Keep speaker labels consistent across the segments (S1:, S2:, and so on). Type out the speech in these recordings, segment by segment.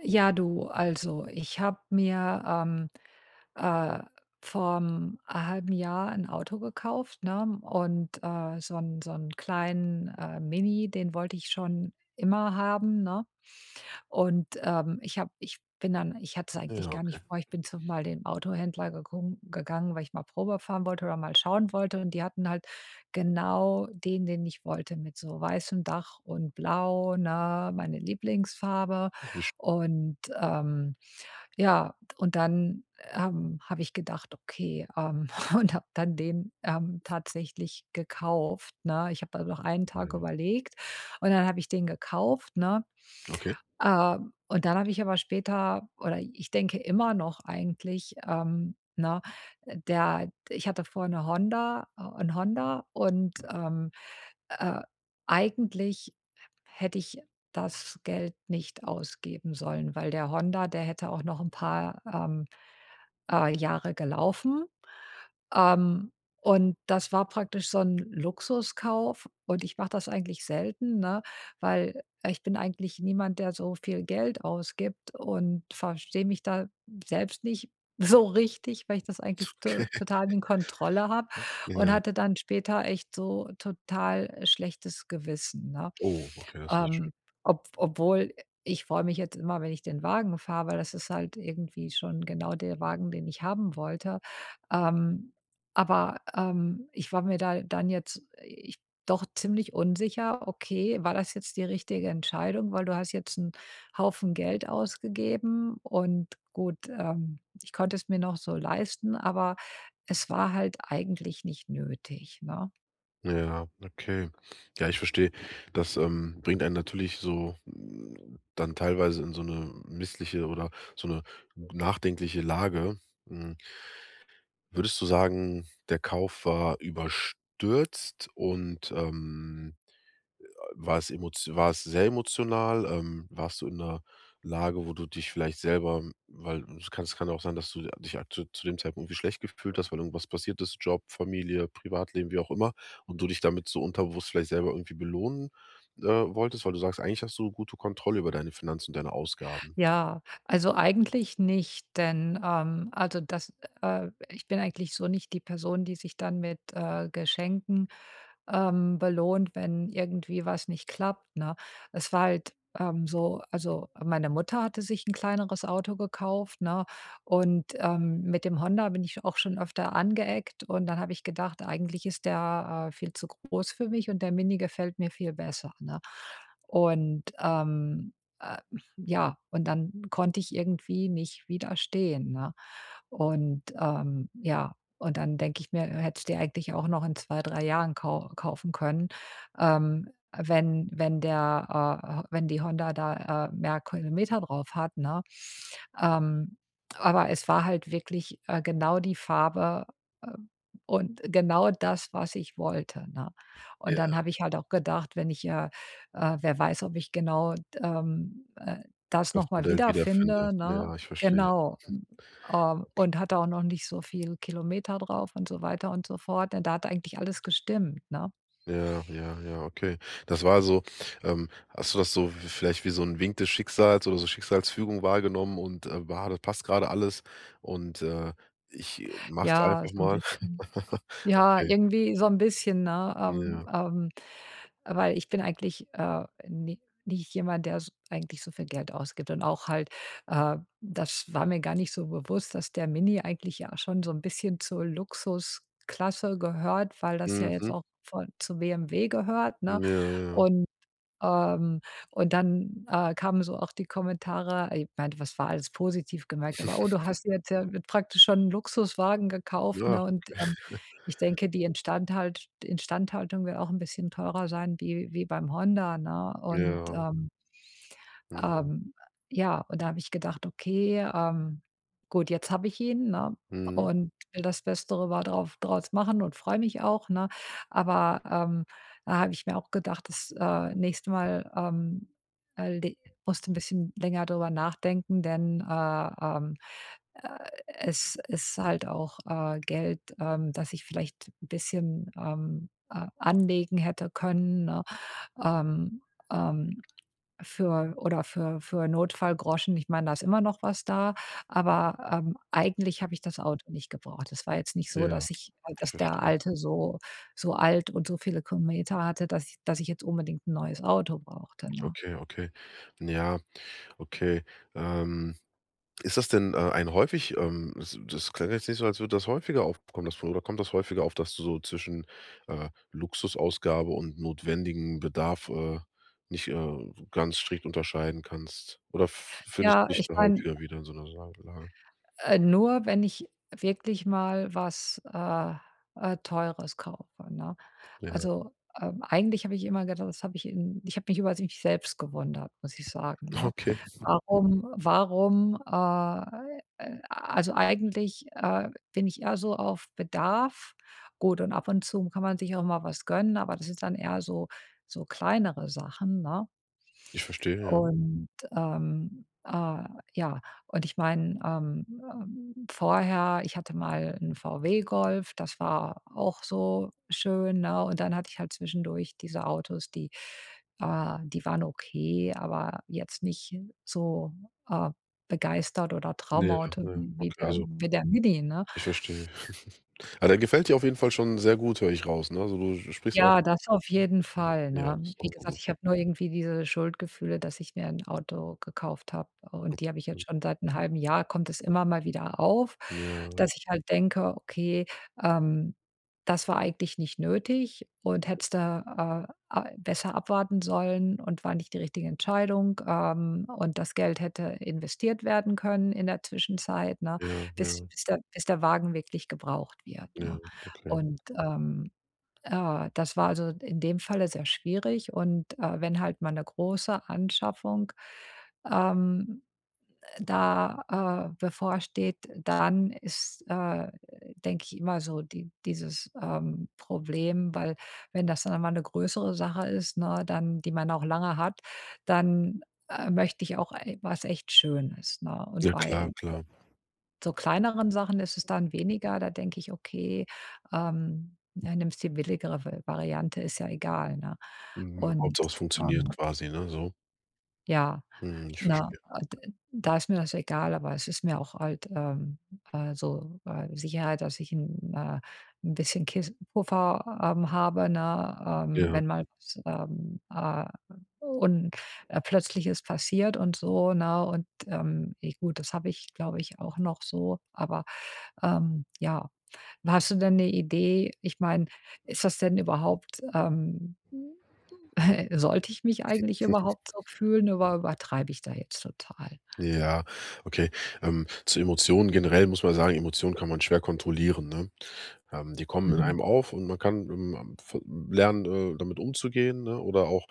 S1: Ja, du, also ich habe mir, äh, vor 'm halben Jahr 'n Auto gekauft, ne? Und, so 'n kleinen, Mini, den wollte ich schon immer haben, ne? Und, ich habe ich bin dann ich hatte es eigentlich
S2: Ja,
S1: gar
S2: okay.
S1: nicht vor. Ich bin zu mal dem Autohändler gegung gegangen, weil ich mal Probe fahren wollte oder mal schauen wollte. Und die hatten halt genau den, den ich wollte, mit so weißem Dach und blau, ne, meine Lieblingsfarbe.
S2: Ach, wie sch
S1: Und, ja, und dann, habe ich gedacht: „Okay“, und habe dann den, tatsächlich gekauft, ne? Ich habe dann noch einen
S2: ja,
S1: Tag
S2: ja.
S1: überlegt und dann habe ich den gekauft, ne?
S2: Okay.
S1: Und dann habe ich aber später oder ich denke immer noch eigentlich, ne, der ich hatte vorher 'ne Honda 'n Honda und,
S2: Hm.
S1: äh, eigentlich hätte ich das Geld nicht ausgeben sollen, weil der Honda, der hätte auch noch ein paar, Jahre gelaufen. Ähm, und das war praktisch so 'n Luxuskauf und ich mache das eigentlich selten, ne, weil ich bin eigentlich niemand, der so viel Geld ausgibt und verstehe mich da selbst nicht so richtig, weil ich das eigentlich to
S2: Okay,
S1: total in Kontrolle habe und
S2: ja.
S1: hatte dann später echt so total schlechtes Gewissen, ne?
S2: Oh, okay, das ist nicht schön.
S1: Ähm, ob Obwohl ich freue mich jetzt immer, wenn ich den Wagen fahre, weil das ist halt irgendwie schon genau der Wagen, den ich haben wollte. Ähm aber, ich war mir da dann jetzt ich doch ziemlich unsicher, okay, war das jetzt die richtige Entscheidung, weil du hast jetzt einen Haufen Geld ausgegeben und gut, ich konnte es mir noch so leisten, aber es war halt eigentlich nicht nötig, ne?
S2: Ja, okay. Ja, ich verstehe. Das, bringt einen natürlich so, dann teilweise in so eine missliche oder so eine nachdenkliche Lage. Hm. Würdest du sagen, der Kauf war überstürzt und, war es sehr emotional? Warst du in einer Lage, wo du dich vielleicht selber, weil es kann ja auch sein, dass du dich aktu zu dem Zeitpunkt irgendwie schlecht gefühlt hast, weil irgendwas passiert ist, Job, Familie, Privatleben, wie auch immer, und du dich damit so unterbewusst vielleicht selber irgendwie belohnen, wolltest, weil du sagst, eigentlich hast du gute Kontrolle über deine Finanzen und deine Ausgaben.
S1: Ja, also eigentlich nicht, denn, also das ich bin eigentlich so nicht die Person, die sich dann mit, Geschenken belohnt, wenn irgendwie was nicht klappt, ne? Es war halt, so also, meine Mutter hatte sich ein kleineres Auto gekauft, ne? Und, mit dem Honda bin ich auch schon öfter angeeckt und dann habe ich gedacht: „Eigentlich ist der, viel zu groß für mich und der Mini gefällt mir viel besser“, ne? Und, äh, ja, und dann konnte ich irgendwie nicht widerstehen, ne? Und, ja, und dann denke ich mir, hättest du dir eigentlich auch noch in 2 3 Jahren kaufen können, ähm, wenn der, wenn die Honda da, mehr Kilometer drauf hat, ne? Ähm, aber es war halt wirklich, genau die Farbe, äh, und genau das, was ich wollte, ne? Und dann
S2: Ja.
S1: habe ich halt auch gedacht, wenn wer weiß, ob ich genau, ähm, äh, das
S2: Das
S1: noch mal
S2: Modell wiederfinde.
S1: wiederfinde, ne?
S2: Ja, ich verstehe.
S1: Genau. Und hatte auch noch nicht so viel Kilometer drauf und so weiter und so fort. Ne, da hat eigentlich alles gestimmt, ne?
S2: Ja, ja, ja, okay. Das war so, hast du das so v vielleicht wie so ein Wink des Schicksals oder so Schicksalsfügung wahrgenommen und, „Ah, das passt gerade alles und, ich, mach's
S1: Ja,
S2: einfach
S1: so ein
S2: mal?"
S1: bisschen. Ja,
S2: Okay,
S1: irgendwie so ein bisschen, ne?
S2: ja.
S1: Weil ich bin eigentlich, ni nicht jemand, der s eigentlich so viel Geld ausgibt und auch halt, äh das war mir gar nicht so bewusst, dass der Mini eigentlich ja schon so ein bisschen zur Luxusklasse gehört, weil das ja jetzt
S2: Mhm.
S1: auch von zu BMW gehört, ne?
S2: Ja, ja.
S1: Und Ähm, und dann, kamen so auch die Kommentare ich meinte, was war alles positiv gemerkt, aber: „Oh, du hast jetzt ja mit praktisch schon einen Luxuswagen gekauft“,
S2: Ja,
S1: ne? Und, ich denke, die Instandhaltung wird auch ein bisschen teurer sein wie beim Honda, ne? Und,
S2: ja. Mhm.
S1: ähm, ja, und da habe ich gedacht: „Okay, gut, jetzt habe ich ihn, ne,
S2: Mhm.
S1: und will das Beste war drauf draus machen und freue mich auch“, ne? Aber, da habe ich mir auch gedacht, das, nächste Mal, le musst du bisschen länger drüber nachdenken, denn, äh, es ist halt auch, Geld, das ich vielleicht ein bisschen, anlegen hätte können, ne? Ähm, ähm für oder für Notfallgroschen. Ich meine, da ist immer noch was da, aber, eigentlich habe ich das Auto nicht gebraucht. Es war jetzt nicht so,
S2: Ja,
S1: dass ich
S2: ich
S1: dass der
S2: verstehe.
S1: Alte so so alt und so viele Kilometer hatte, dass ich jetzt unbedingt ein neues Auto brauchte, ne?
S2: Okay, okay. Ja, okay. Ähm Ist das denn, das klang jetzt nicht so, als würde das häufiger aufkommen, das Problem, oder kommt das häufiger auf, dass du so zwischen, Luxusausgabe und notwendigen Bedarf, nicht, ganz strikt unterscheiden kannst? Oder f findest du
S1: Ja,
S2: dich
S1: ich
S2: da
S1: meine,
S2: häufiger wieder in so einer Sa Lage?
S1: nur wenn ich wirklich mal was, Teures kaufe, ne?
S2: Ja,
S1: Also, eigentlich habe ich immer gedacht, das habe ich in ich habe mich über mich selbst gewundert, muss ich sagen, ne?
S2: okay.
S1: Warum, also eigentlich, bin ich eher so auf Bedarf. Gut und ab und zu kann man sich auch mal was gönnen, aber das ist dann eher so so kleinere Sachen, ne?
S2: Ich verstehe, ja.
S1: Und, ähm, äh, ja, und ich meine, vorher ich hatte mal 'n VW Golf, das war auch so schön, ne? Und dann hatte ich halt zwischendurch diese Autos, die die waren okay, aber jetzt nicht so, äh, begeistert oder
S2: Ja,
S1: Traumauto
S2: ja,
S1: wie wie
S2: okay,
S1: der
S2: also,
S1: wie der Mini, ne?
S2: ich verstehe. Ah, der gefällt dir auf jeden Fall schon sehr gut, höre ich raus, ne? Also, du sprichst auch.
S1: Ja, das auf jeden Fall,
S2: Ja, das
S1: ne?
S2: ist auch
S1: Wie
S2: mal
S1: gesagt,
S2: gut.
S1: ich habe nur irgendwie diese Schuldgefühle, dass ich mir ein Auto gekauft habe und die habe ich jetzt schon seit 'nem halben Jahr kommt es immer mal wieder auf,
S2: Ja,
S1: dass ich halt denke: „Okay, ähm, das war eigentlich nicht nötig und hättest du, a besser abwarten sollen und war nicht die richtige Entscheidung, und das Geld hätte investiert werden können in der Zwischenzeit“, ne?
S2: ja,
S1: Bis
S2: ja,
S1: bis der bis der Wagen wirklich gebraucht wird,
S2: ja,
S1: ne?
S2: okay.
S1: Und, das war also in dem Falle sehr schwierig und, wenn halt mal eine große Anschaffung, ähm, da, bevorsteht, dann ist, denke ich, immer dieses, Problem, weil wenn das dann mal eine größere Sache ist, ne, dann die man auch lange hat, dann, möchte ich auch, was echt Schönes, ne? Und
S2: Ja klar,
S1: bei
S2: klar.
S1: so kleineren Sachen ist es dann weniger. Da denke ich: „Okay, ja, nimmst die billigere Va Variante, ist ja egal“, ne?
S2: Mhm,
S1: Und,
S2: Hauptsache es funktioniert
S1: ähm,
S2: quasi, ne, so.
S1: ja,
S2: Mhm, ich
S1: na
S2: verstehe.
S1: d da ist mir das egal, aber es ist mir auch halt, so, Sicherheit, dass ich ein 'n bisschen Kiss Puffer, habe, ne,
S2: Ja,
S1: wenn mal was, un Plötzliches passiert und so, ne? Und, e gut, das habe ich, glaube ich, auch noch so, aber ja. Hast du denn eine Idee? Ich meine, ist das denn überhaupt, sollte ich mich eigentlich überhaupt so fühlen oder übertreibe ich da jetzt total?
S2: ja, okay. Zu Emotionen generell muss man sagen, Emotionen kann man schwer kontrollieren, ne? Die kommen in
S1: Mhm.
S2: einem auf, und man kann, v lernen, damit umzugehen, ne, oder auch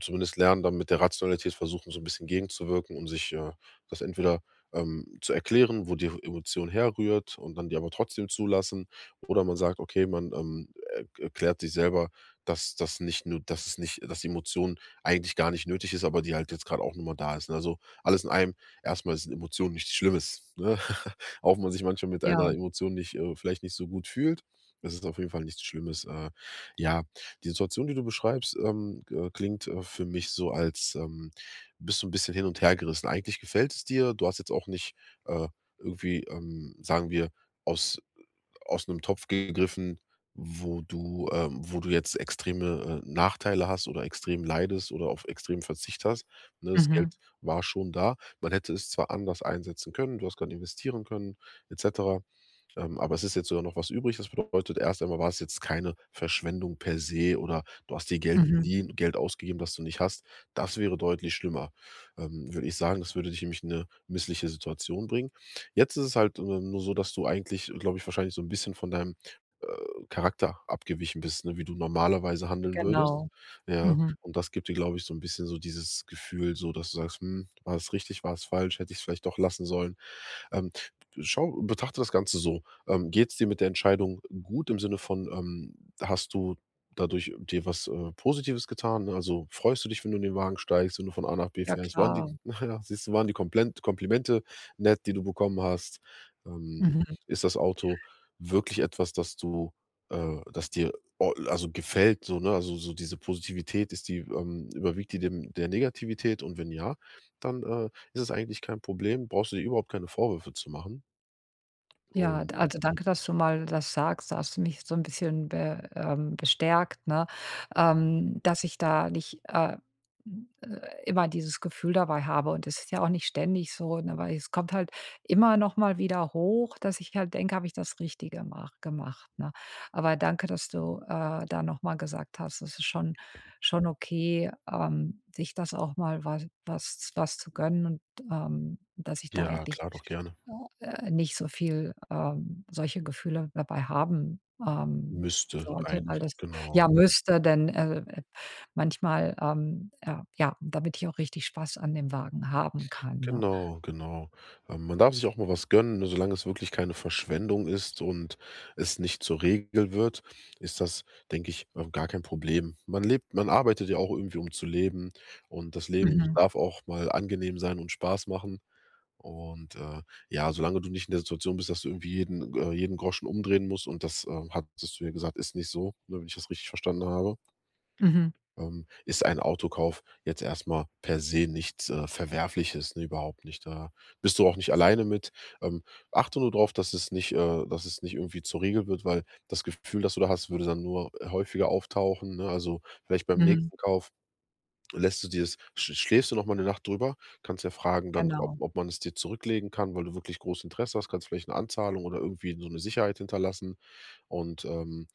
S2: zumindest lernen, dann mit der Rationalität versuchen, so ein bisschen gegenzuwirken und sich, das entweder, zu erklären, wo die Emotion herrührt, und dann die aber trotzdem zulassen. Oder man sagt: „Okay, man, er erklärt sich selber, dass das nicht nur, dass es nicht, dass die Emotion eigentlich gar nicht nötig ist, aber die halt jetzt gerade auch nur mal da ist", ne? So alles in einem. Erstmal sind Emotionen nichts Schlimmes, ne? Auch wenn man sich manchmal mit
S1: Ja.
S2: einer Emotion nicht, vielleicht nicht so gut fühlt, das ist auf jeden Fall nichts Schlimmes. Ja, die Situation, die du beschreibst, klingt, für mich so, als, bist du ein bisschen hin und hergerissen. Eigentlich gefällt es dir. Du hast jetzt auch nicht, äh, irgendwie, sagen wir, aus aus einem Topf gegriffen, wo du jetzt extreme, Nachteile hast oder extrem leidest oder auf extrem Verzicht hast, ne? Das
S1: Mhm.
S2: Geld war schon da. Man hätte es zwar anders einsetzen können, du hast grad investieren können, et cetera. Aber es ist jetzt sogar noch was übrig. Das bedeutet, erst einmal war es jetzt keine Verschwendung per se, oder du hast dir Geld
S1: Mhm.
S2: geliehen, Geld ausgegeben, das du nicht hast. Das wäre deutlich schlimmer. Würde ich sagen, das würde dich nämlich in eine missliche Situation bringen. Jetzt ist es halt, nur so, dass du eigentlich, glaube ich, wahrscheinlich so ein bisschen von deinem, äh, Charakter abgewichen bist, ne, wie du normalerweise handeln würdest.
S1: Genau.
S2: Ja,
S1: Mhm.
S2: und das gibt dir, glaube ich, so ein bisschen so dieses Gefühl, so dass du sagst, hm, war es richtig, war es falsch, hätte ich es vielleicht doch lassen sollen. Ähm, schau Betrachte das Ganze so. Geht es dir mit der Entscheidung gut im Sinne von, hast du dadurch dir was, Positives getan, ne? Also, freust du dich, wenn du in den Wagen steigst, wenn du von A nach B
S1: Ja,
S2: fährst? Waren die
S1: klar.
S2: na ja, siehst du, waren die Komplent Komplimente nett, die du bekommen hast? Ähm,
S1: Mhm.
S2: ist das Auto wirklich etwas, das du, das dir, o also, gefällt so, ne? Also, so diese Positivität, ist die überwiegt die dem der Negativität, und wenn ja, dann, ist es eigentlich kein Problem, brauchst du dir überhaupt keine Vorwürfe zu machen.
S1: Ja,
S2: Und
S1: d Also danke, dass du mal das sagst. Da hast du mich so ein bisschen be bestärkt, ne, dass ich da nicht, immer dieses Gefühl dabei habe. Und es ist ja auch nicht ständig so, ne, weil es kommt halt immer noch mal wieder hoch, dass ich halt denke: „Habe ich das Richtige mach gemacht“, ne? Aber danke, dass du, da noch mal gesagt hast, es ist schon okay, sich das auch mal was zu gönnen und, dass ich da
S2: ja,
S1: eigentlich
S2: klar, doch gerne.
S1: nicht so viel, solche Gefühle dabei haben,
S2: Müsste
S1: sollte, weil
S2: eigentlich,
S1: das
S2: genau.
S1: ja, müsste, denn, manchmal, ja, damit ich auch richtig Spaß an dem Wagen haben kann, ne?
S2: Genau, genau. Man darf sich auch mal was gönnen, ne, solange es wirklich keine Verschwendung ist und es nicht zur Regel wird, ist das, denke ich, gar kein Problem. Man arbeitet ja auch irgendwie, um zu leben, und das Leben
S1: Mhm,
S2: darf auch mal angenehm sein und Spaß machen. Und, ja, solange du nicht in der Situation bist, dass du irgendwie jeden Groschen umdrehen musst, und das, hattest du ja gesagt, ist nicht so, ne, wenn ich das richtig verstanden habe,
S1: mhm,
S2: ist ein Autokauf jetzt erstmal per se nichts, Verwerfliches, ne, überhaupt nicht. Da bist du auch nicht alleine mit. Ähm, achte nur darauf, dass es nicht, irgendwie zur Regel wird, weil das Gefühl, das du da hast, würde dann nur häufiger auftauchen, ne? Also, vielleicht beim
S1: mhm,
S2: nächsten Kauf, lässt du dir das, schläfst du noch mal eine Nacht drüber? Kannst ja fragen dann, ob,
S1: genau.
S2: man es dir zurücklegen kann, weil du wirklich großes Interesse hast. Kannst vielleicht eine Anzahlung oder irgendwie so eine Sicherheit hinterlassen, und,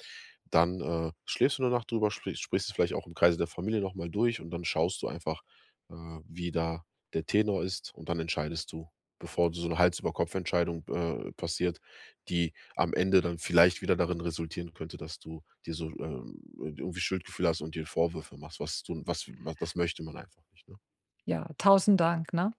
S2: dann, schläfst du 'ne Nacht drüber, sprichst es vielleicht auch im Kreise der Familie noch mal durch, und dann schaust du einfach, äh, wie da der Tenor ist, und dann entscheidest du, bevor so eine Hals-über-Kopf-Entscheidung, passiert, die am Ende dann vielleicht wieder darin resultieren könnte, dass du dir so, irgendwie Schuldgefühle hast und dir Vorwürfe machst, was du, was was das möchte man einfach nicht, ne?
S1: Ja, tausend Dank, ne?